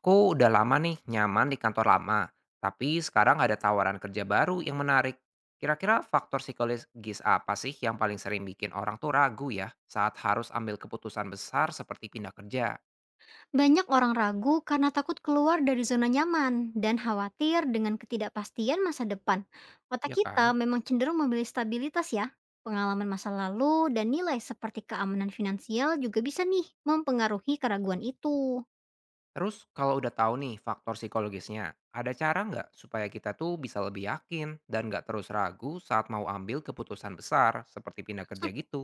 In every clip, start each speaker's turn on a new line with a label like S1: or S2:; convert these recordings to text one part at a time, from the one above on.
S1: Aku udah lama nih nyaman di kantor lama, tapi sekarang ada tawaran kerja baru yang menarik. Kira-kira faktor psikologis apa sih yang paling sering bikin orang tuh ragu ya saat harus ambil keputusan besar seperti pindah kerja,
S2: Banyak orang ragu karena takut keluar dari zona nyaman dan khawatir dengan ketidakpastian masa depan. Otak
S1: ya
S2: kita
S1: kan?
S2: memang cenderung memilih stabilitas ya. Pengalaman masa lalu dan nilai seperti keamanan finansial juga bisa nih mempengaruhi keraguan itu.
S1: Terus kalau udah tahu nih faktor psikologisnya, ada cara nggak supaya kita tuh bisa lebih yakin dan nggak terus ragu saat mau ambil keputusan besar seperti pindah kerja
S2: Sup-
S1: gitu?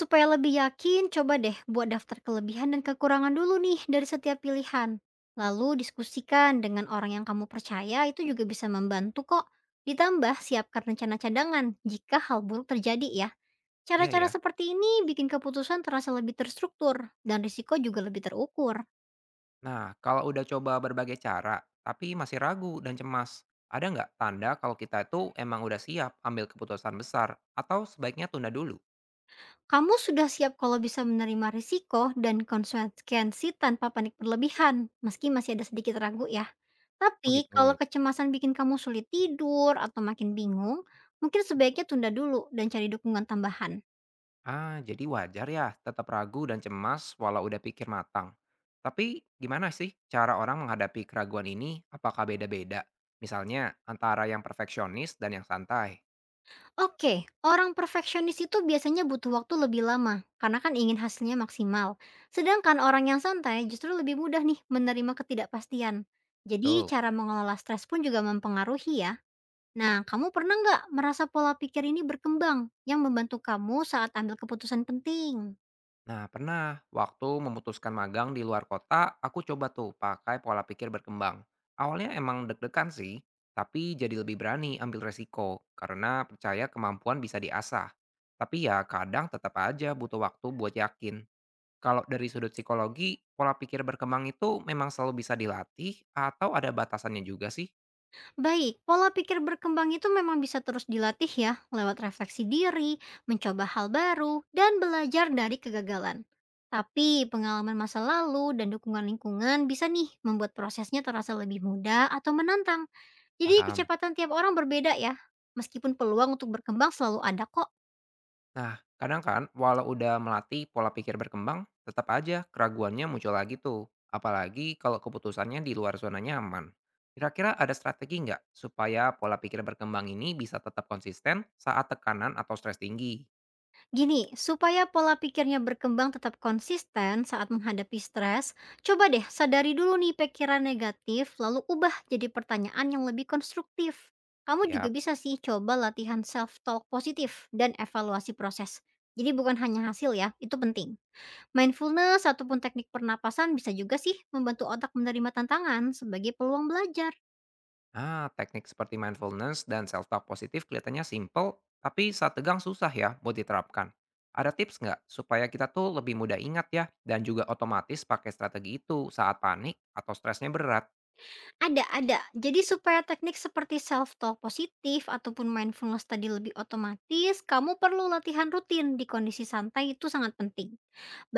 S2: Supaya lebih yakin, coba deh buat daftar kelebihan dan kekurangan dulu nih dari setiap pilihan. Lalu diskusikan dengan orang yang kamu percaya itu juga bisa membantu kok. Ditambah siapkan rencana cadangan jika hal buruk terjadi ya.
S1: Iya
S2: Cara-cara
S1: ya.
S2: seperti ini bikin keputusan terasa lebih terstruktur dan risiko juga lebih terukur.
S1: Nah, kalau udah coba berbagai cara, tapi masih ragu dan cemas, ada nggak tanda kalau kita itu emang udah siap ambil keputusan besar atau sebaiknya tunda dulu?
S2: Kamu sudah siap kalau bisa menerima risiko dan konsekuensi tanpa panik berlebihan, meski masih ada sedikit ragu ya.
S1: Oh
S2: Tapi kalau
S1: gitu.
S2: kecemasan bikin kamu sulit tidur atau makin bingung, mungkin sebaiknya tunda dulu dan cari dukungan tambahan.
S1: Ah, jadi wajar ya tetap ragu dan cemas walau udah pikir matang. Tapi gimana sih cara orang menghadapi keraguan ini? Apakah beda-beda? Misalnya antara yang perfeksionis dan yang santai.
S2: Oke, orang perfeksionis itu biasanya butuh waktu lebih lama, karena kan ingin hasilnya maksimal. Sedangkan orang yang santai justru lebih mudah nih menerima ketidakpastian. Jadi
S1: Betul.
S2: cara mengelola stres pun juga mempengaruhi ya. Nah, kamu pernah nggak merasa pola pikir ini berkembang yang membantu kamu saat ambil keputusan penting?
S1: Nah, pernah waktu memutuskan magang di luar kota, aku coba tuh pakai pola pikir berkembang. Awalnya emang deg-degan sih, tapi jadi lebih berani ambil resiko karena percaya kemampuan bisa diasah. Tapi ya kadang tetap aja butuh waktu buat yakin. Kalau dari sudut psikologi, pola pikir berkembang itu memang selalu bisa dilatih atau ada batasannya juga sih?
S2: Baik, pola pikir berkembang itu memang bisa terus dilatih ya, lewat refleksi diri, mencoba hal baru, dan belajar dari kegagalan. Tapi pengalaman masa lalu dan dukungan lingkungan bisa nih membuat prosesnya terasa lebih mudah atau menantang. Jadi
S1: Paham.
S2: kecepatan tiap orang berbeda ya, meskipun peluang untuk berkembang selalu ada kok.
S1: Nah, kadang kan walau udah melatih pola pikir berkembang, tetap aja keraguannya muncul lagi tuh. Apalagi kalau keputusannya di luar zona nyaman. Kira-kira ada strategi nggak supaya pola pikir berkembang ini bisa tetap konsisten saat tekanan atau stres tinggi?
S2: Gini, supaya pola pikirnya berkembang tetap konsisten saat menghadapi stres, coba deh sadari dulu nih pikiran negatif, lalu ubah jadi pertanyaan yang lebih konstruktif. Kamu juga
S1: Siap.
S2: bisa sih coba latihan self-talk positif dan evaluasi proses. Jadi bukan hanya hasil ya, itu penting. Mindfulness ataupun teknik pernapasan bisa juga sih membantu otak menerima tantangan sebagai peluang belajar.
S1: Ah, teknik seperti mindfulness dan self-talk positif kelihatannya simple, tapi saat tegang susah ya buat diterapkan. Ada tips nggak supaya kita tuh lebih mudah ingat ya dan juga otomatis pakai strategi itu saat panik atau stresnya berat?
S2: Ada ada. Jadi supaya teknik seperti self talk positif ataupun mindfulness tadi lebih otomatis, kamu perlu latihan rutin di kondisi santai itu sangat penting.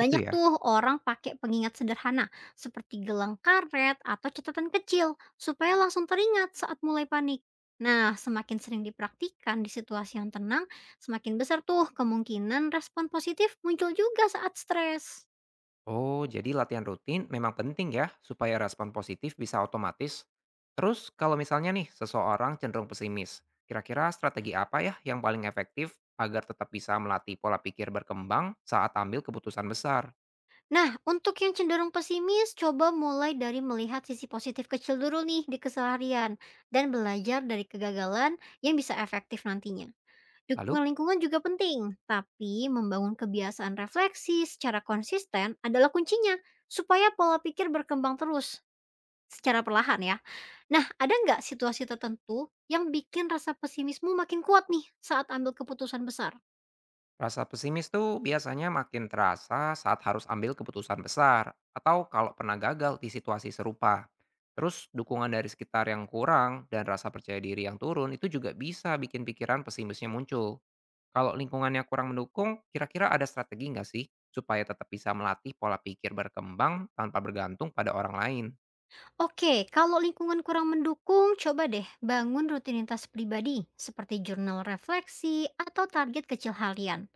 S1: Itu ya.
S2: tuh orang pakai pengingat sederhana seperti gelang karet atau catatan kecil supaya langsung teringat saat mulai panik. Nah, semakin sering dipraktikkan di situasi yang tenang, semakin besar tuh kemungkinan respon positif muncul juga saat stres.
S1: Oh, jadi latihan rutin memang penting ya supaya respon positif bisa otomatis. Terus kalau misalnya nih seseorang cenderung pesimis, kira-kira strategi apa ya yang paling efektif agar tetap bisa melatih pola pikir berkembang saat ambil keputusan besar?
S2: Nah, untuk yang cenderung pesimis, coba mulai dari melihat sisi positif kecil dulu nih di keseharian dan belajar dari kegagalan yang bisa efektif nantinya.
S1: Lalu,
S2: Dukungan lingkungan juga penting, tapi membangun kebiasaan refleksi secara konsisten adalah kuncinya supaya pola pikir berkembang terus secara perlahan ya. Nah, ada nggak situasi tertentu yang bikin rasa pesimismu makin kuat nih saat ambil keputusan besar?
S1: rasa pesimis tuh biasanya makin terasa saat harus ambil keputusan besar atau kalau pernah gagal di situasi serupa. Terus dukungan dari sekitar yang kurang dan rasa percaya diri yang turun itu juga bisa bikin pikiran pesimisnya muncul. Kalau lingkungannya kurang mendukung, kira-kira ada strategi nggak sih supaya tetap bisa melatih pola pikir berkembang tanpa bergantung pada orang lain?
S2: Oke, kalau lingkungan kurang mendukung, coba deh bangun rutinitas pribadi seperti jurnal refleksi atau target kecil harian.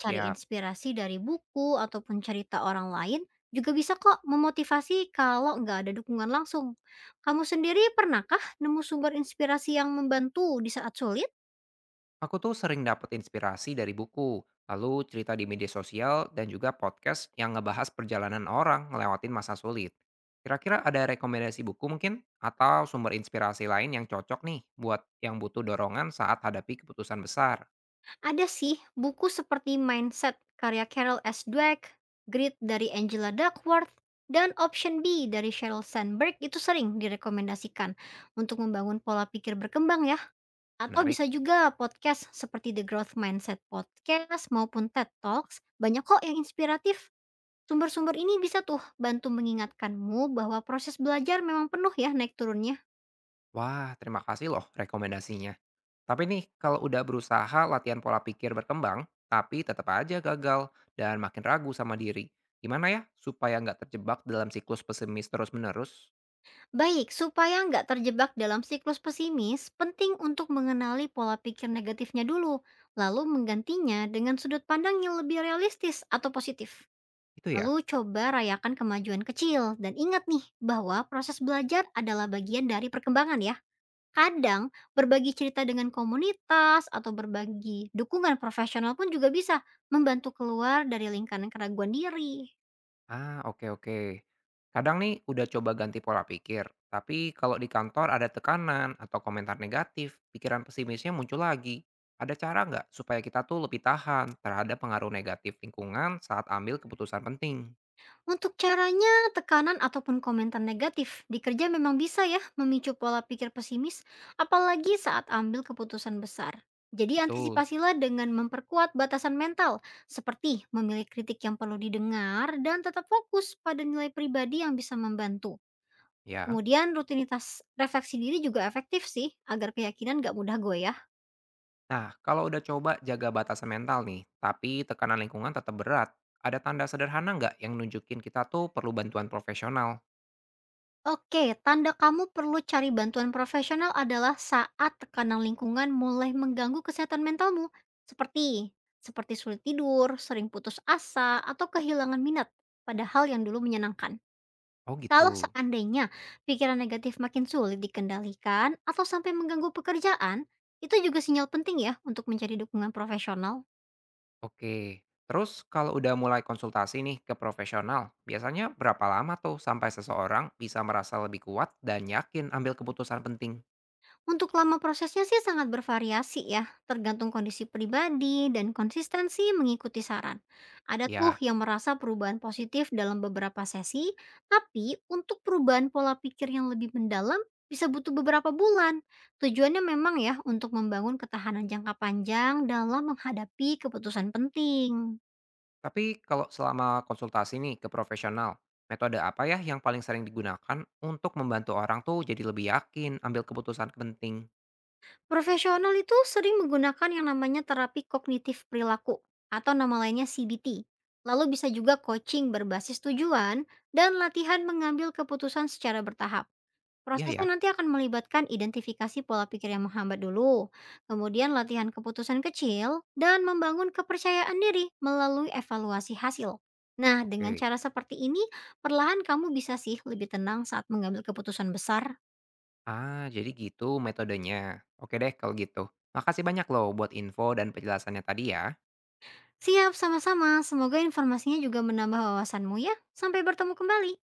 S2: Cari
S1: Siap.
S2: inspirasi dari buku ataupun cerita orang lain juga bisa kok memotivasi kalau nggak ada dukungan langsung. Kamu sendiri pernahkah nemu sumber inspirasi yang membantu di saat sulit?
S1: Aku tuh sering dapet inspirasi dari buku, lalu cerita di media sosial dan juga podcast yang ngebahas perjalanan orang ngelewatin masa sulit. Kira-kira ada rekomendasi buku mungkin atau sumber inspirasi lain yang cocok nih buat yang butuh dorongan saat hadapi keputusan besar?
S2: Ada sih buku seperti Mindset karya Carol S. Dweck, Grit dari Angela Duckworth, dan Option B dari Sheryl Sandberg itu sering direkomendasikan untuk membangun pola pikir berkembang ya. Atau
S1: Menarik.
S2: bisa juga podcast seperti The Growth Mindset Podcast maupun TED Talks, banyak kok yang inspiratif. Sumber-sumber ini bisa tuh bantu mengingatkanmu bahwa proses belajar memang penuh ya naik turunnya.
S1: Wah, terima kasih loh rekomendasinya. Tapi nih, kalau udah berusaha latihan pola pikir berkembang, tapi tetap aja gagal dan makin ragu sama diri. Gimana ya supaya nggak terjebak dalam siklus pesimis terus-menerus?
S2: Baik, supaya nggak terjebak dalam siklus pesimis, penting untuk mengenali pola pikir negatifnya dulu, lalu menggantinya dengan sudut pandang yang lebih realistis atau positif.
S1: Itu ya?
S2: Lalu coba rayakan kemajuan kecil, dan ingat nih bahwa proses belajar adalah bagian dari perkembangan ya. Kadang berbagi cerita dengan komunitas atau berbagi dukungan profesional pun juga bisa membantu keluar dari lingkaran keraguan diri.
S1: Ah, oke oke. Kadang nih udah coba ganti pola pikir, tapi kalau di kantor ada tekanan atau komentar negatif, pikiran pesimisnya muncul lagi. Ada cara nggak supaya kita tuh lebih tahan terhadap pengaruh negatif lingkungan saat ambil keputusan penting?
S2: Untuk caranya, tekanan ataupun komentar negatif di kerja memang bisa ya memicu pola pikir pesimis, apalagi saat ambil keputusan besar. Jadi
S1: Betul,
S2: antisipasilah dengan memperkuat batasan mental, seperti memilih kritik yang perlu didengar dan tetap fokus pada nilai pribadi yang bisa membantu.
S1: ya.
S2: Kemudian rutinitas refleksi diri juga efektif sih, agar keyakinan gak mudah goyah.
S1: Nah, kalau udah coba jaga batasan mental nih, tapi tekanan lingkungan tetap berat, ada tanda sederhana nggak yang nunjukin kita tuh perlu bantuan profesional?
S2: Oke, tanda kamu perlu cari bantuan profesional adalah saat tekanan lingkungan mulai mengganggu kesehatan mentalmu, seperti seperti sulit tidur, sering putus asa, atau kehilangan minat pada hal yang dulu menyenangkan.
S1: Oh
S2: Kalau
S1: gitu.
S2: seandainya pikiran negatif makin sulit dikendalikan atau sampai mengganggu pekerjaan, itu juga sinyal penting ya untuk mencari dukungan profesional.
S1: Oke. Terus kalau udah mulai konsultasi nih ke profesional, biasanya berapa lama tuh sampai seseorang bisa merasa lebih kuat dan yakin ambil keputusan penting?
S2: Untuk lama prosesnya sih sangat bervariasi ya, tergantung kondisi pribadi dan konsistensi mengikuti saran. Ada tuh
S1: Ya,
S2: yang merasa perubahan positif dalam beberapa sesi, tapi untuk perubahan pola pikir yang lebih mendalam bisa butuh beberapa bulan. Tujuannya memang ya untuk membangun ketahanan jangka panjang dalam menghadapi keputusan penting.
S1: tapi kalau selama konsultasi nih ke profesional, metode apa ya yang paling sering digunakan untuk membantu orang tuh jadi lebih yakin ambil keputusan penting?
S2: Profesional itu sering menggunakan yang namanya terapi kognitif perilaku atau nama lainnya CBT. Lalu bisa juga coaching berbasis tujuan dan latihan mengambil keputusan secara bertahap.
S1: Iya ya,
S2: Prosesnya nanti akan melibatkan identifikasi pola pikir yang menghambat dulu, kemudian latihan keputusan kecil, dan membangun kepercayaan diri melalui evaluasi hasil. Nah, dengan
S1: oke.
S2: cara seperti ini, perlahan kamu bisa sih lebih tenang saat mengambil keputusan besar.
S1: Ah, jadi gitu metodenya. Oke deh kalau gitu. Makasih banyak loh buat info dan penjelasannya tadi ya.
S2: Siap, sama-sama. Semoga informasinya juga menambah wawasanmu ya. Sampai bertemu kembali.